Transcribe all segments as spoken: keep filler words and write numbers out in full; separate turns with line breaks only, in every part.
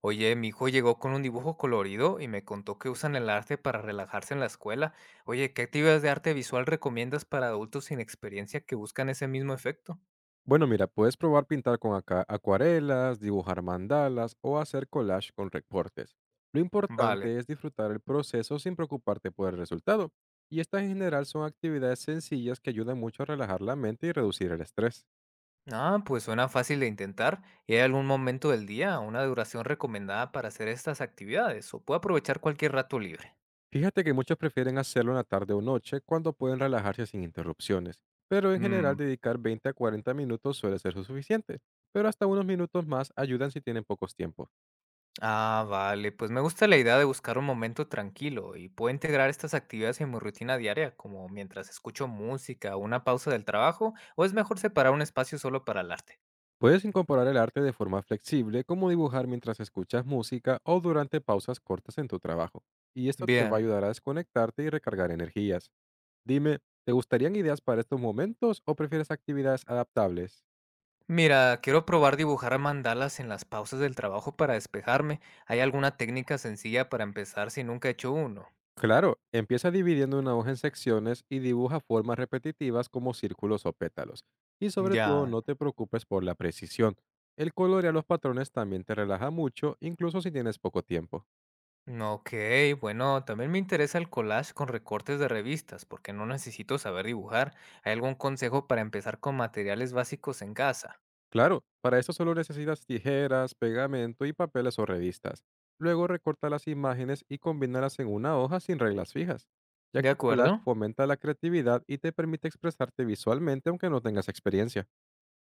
Oye, mi hijo llegó con un dibujo colorido y me contó que usan el arte para relajarse en la escuela. Oye, ¿qué actividades de arte visual recomiendas para adultos sin experiencia que buscan ese mismo efecto?
Bueno, mira, puedes probar pintar con aca- acuarelas, dibujar mandalas o hacer collage con recortes. Lo
Vale.
importante es disfrutar el proceso sin preocuparte por el resultado. Y estas en general son actividades sencillas que ayudan mucho a relajar la mente y reducir el estrés.
Ah, pues suena fácil de intentar. ¿Y hay algún momento del día, o una duración recomendada para hacer estas actividades? ¿O puedo aprovechar cualquier rato libre?
Fíjate que muchos prefieren hacerlo en la tarde o noche cuando pueden relajarse sin interrupciones, pero en general
Mm.
dedicar veinte a cuarenta minutos suele ser suficiente, pero hasta unos minutos más ayudan si tienen pocos tiempos.
Ah, vale, pues me gusta la idea de buscar un momento tranquilo y puedo integrar estas actividades en mi rutina diaria, como mientras escucho música o una pausa del trabajo, o es mejor separar un espacio solo para el arte.
Puedes incorporar el arte de forma flexible, como dibujar mientras escuchas música o durante pausas cortas en tu trabajo. Y esto te va a
Bien,
ayudar a desconectarte y recargar energías. Dime, ¿te gustarían ideas para estos momentos o prefieres actividades adaptables?
mira, quiero probar dibujar a mandalas en las pausas del trabajo para despejarme. ¿Hay alguna técnica sencilla para empezar si nunca he hecho uno?
Claro, empieza dividiendo una hoja en secciones y dibuja formas repetitivas como círculos o pétalos. Y sobre todo,
Ya.
no te preocupes por la precisión. El color y los patrones también te relaja mucho, incluso si tienes poco tiempo.
Ok, bueno, también me interesa el collage con recortes de revistas, porque no necesito saber dibujar. ¿Hay algún consejo para empezar con materiales básicos en casa?
Claro, para esto solo necesitas tijeras, pegamento y papeles o revistas. Luego recorta las imágenes y combínalas en una hoja sin reglas fijas, ya
De
que el collage
acuerdo.
fomenta la creatividad y te permite expresarte visualmente aunque no tengas experiencia.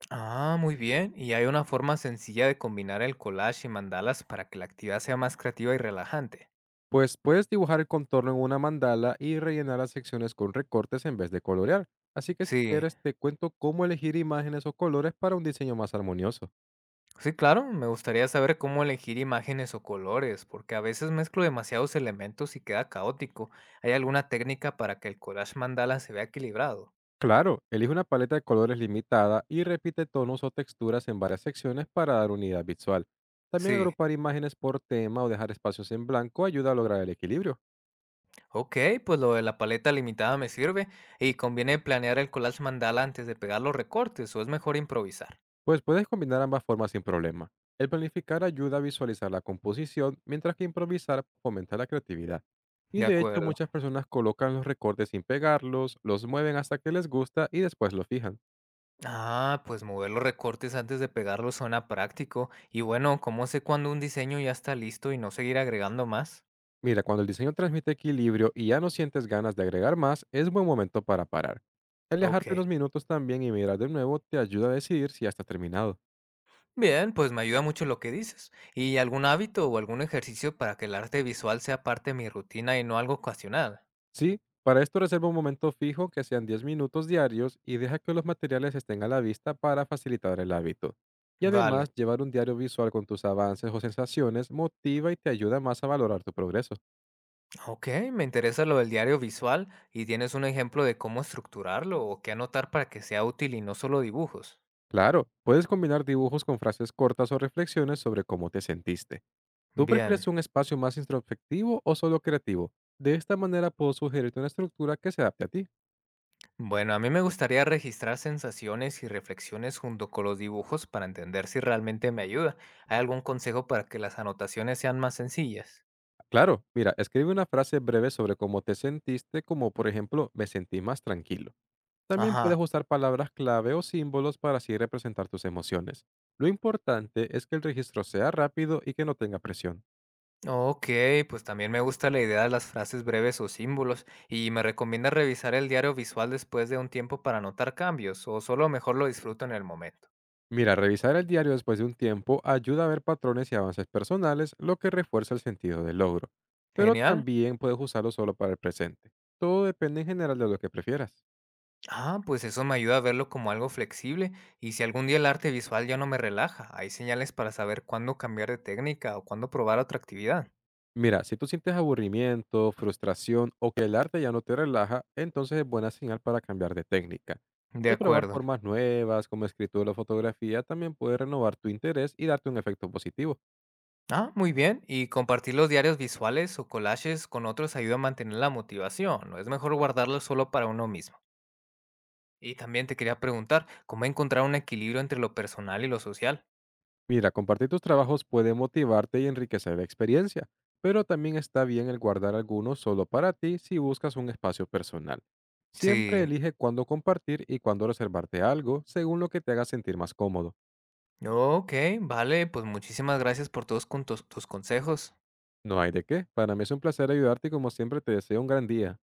Ah, muy bien. ¿Y hay una forma sencilla de combinar el collage y mandalas para que la actividad sea más creativa y relajante?
Pues puedes dibujar el contorno en una mandala y rellenar las secciones con recortes en vez de colorear. Así que si
Sí,
quieres te cuento cómo elegir imágenes o colores para un diseño más armonioso.
sí, claro. Me gustaría saber cómo elegir imágenes o colores, porque a veces mezclo demasiados elementos y queda caótico. ¿Hay alguna técnica para que el collage mandala se vea equilibrado?
Claro, elige una paleta de colores limitada y repite tonos o texturas en varias secciones para dar unidad visual. También
Sí.
agrupar imágenes por tema o dejar espacios en blanco ayuda a lograr el equilibrio,
Ok, pues lo de la paleta limitada me sirve. ¿Y conviene planear el collage mandala antes de pegar los recortes o es mejor improvisar?
pues puedes combinar ambas formas sin problema. El planificar ayuda a visualizar la composición, mientras que improvisar fomenta la creatividad. Y
De
de hecho
acuerdo.
muchas personas colocan los recortes sin pegarlos, los mueven hasta que les gusta y después los fijan.
Ah, pues mover los recortes antes de pegarlos suena práctico. Y bueno, ¿cómo sé cuándo un diseño ya está listo y no seguir agregando más?
Mira, cuando el diseño transmite equilibrio y ya no sientes ganas de agregar más, es buen momento para parar.
Ok.
Alejarte unos minutos también y mirar de nuevo te ayuda a decidir si ya está terminado.
Bien, pues me ayuda mucho lo que dices. ¿Y algún hábito o algún ejercicio para que el arte visual sea parte de mi rutina y no algo ocasional?
Sí, para esto reserva un momento fijo que sean diez minutos diarios y deja que los materiales estén a la vista para facilitar el hábito. Y
Vale.
además, llevar un diario visual con tus avances o sensaciones motiva y te ayuda más a valorar tu progreso.
Ok, me interesa lo del diario visual y tienes un ejemplo de cómo estructurarlo o qué anotar para que sea útil y no solo dibujos.
Claro, puedes combinar dibujos con frases cortas o reflexiones sobre cómo te sentiste. ¿Tú prefieres
Bien.
un espacio más introspectivo o solo creativo? De esta manera puedo sugerirte una estructura que se adapte a ti.
Bueno, a mí me gustaría registrar sensaciones y reflexiones junto con los dibujos para entender si realmente me ayuda. ¿Hay algún consejo para que las anotaciones sean más sencillas?
Claro, mira, escribe una frase breve sobre cómo te sentiste, como por ejemplo, me sentí más tranquilo. También
Ajá.
puedes usar palabras clave o símbolos para así representar tus emociones. Lo importante es que el registro sea rápido y que no tenga presión.
Ok, pues también me gusta la idea de las frases breves o símbolos. ¿Y me recomienda revisar el diario visual después de un tiempo para notar cambios o solo mejor lo disfruto en el momento?
Mira, revisar el diario después de un tiempo ayuda a ver patrones y avances personales, lo que refuerza el sentido del logro. Pero
Genial.
también puedes usarlo solo para el presente. Todo depende en general de lo que prefieras.
Ah, pues eso me ayuda a verlo como algo flexible. Y si algún día el arte visual ya no me relaja, ¿hay señales para saber cuándo cambiar de técnica o cuándo probar otra actividad?
Mira, si tú sientes aburrimiento, frustración o que el arte ya no te relaja, entonces es buena señal para cambiar de técnica.
De
El probar
acuerdo.
formas nuevas como escritura o fotografía también puede renovar tu interés y darte un efecto positivo.
Ah, muy bien. Y compartir los diarios visuales o collages con otros ayuda a mantener la motivación, ¿no? Es mejor guardarlos solo para uno mismo. Y también te quería preguntar, ¿cómo encontrar un equilibrio entre lo personal y lo social?
Mira, compartir tus trabajos puede motivarte y enriquecer la experiencia, pero también está bien el guardar algunos solo para ti si buscas un espacio personal. Siempre
Sí.
elige cuándo compartir y cuándo reservarte algo según lo que te haga sentir más cómodo.
Ok, vale, pues muchísimas gracias por todos con tus tus consejos.
No hay de qué. Para mí es un placer ayudarte y como siempre te deseo un gran día.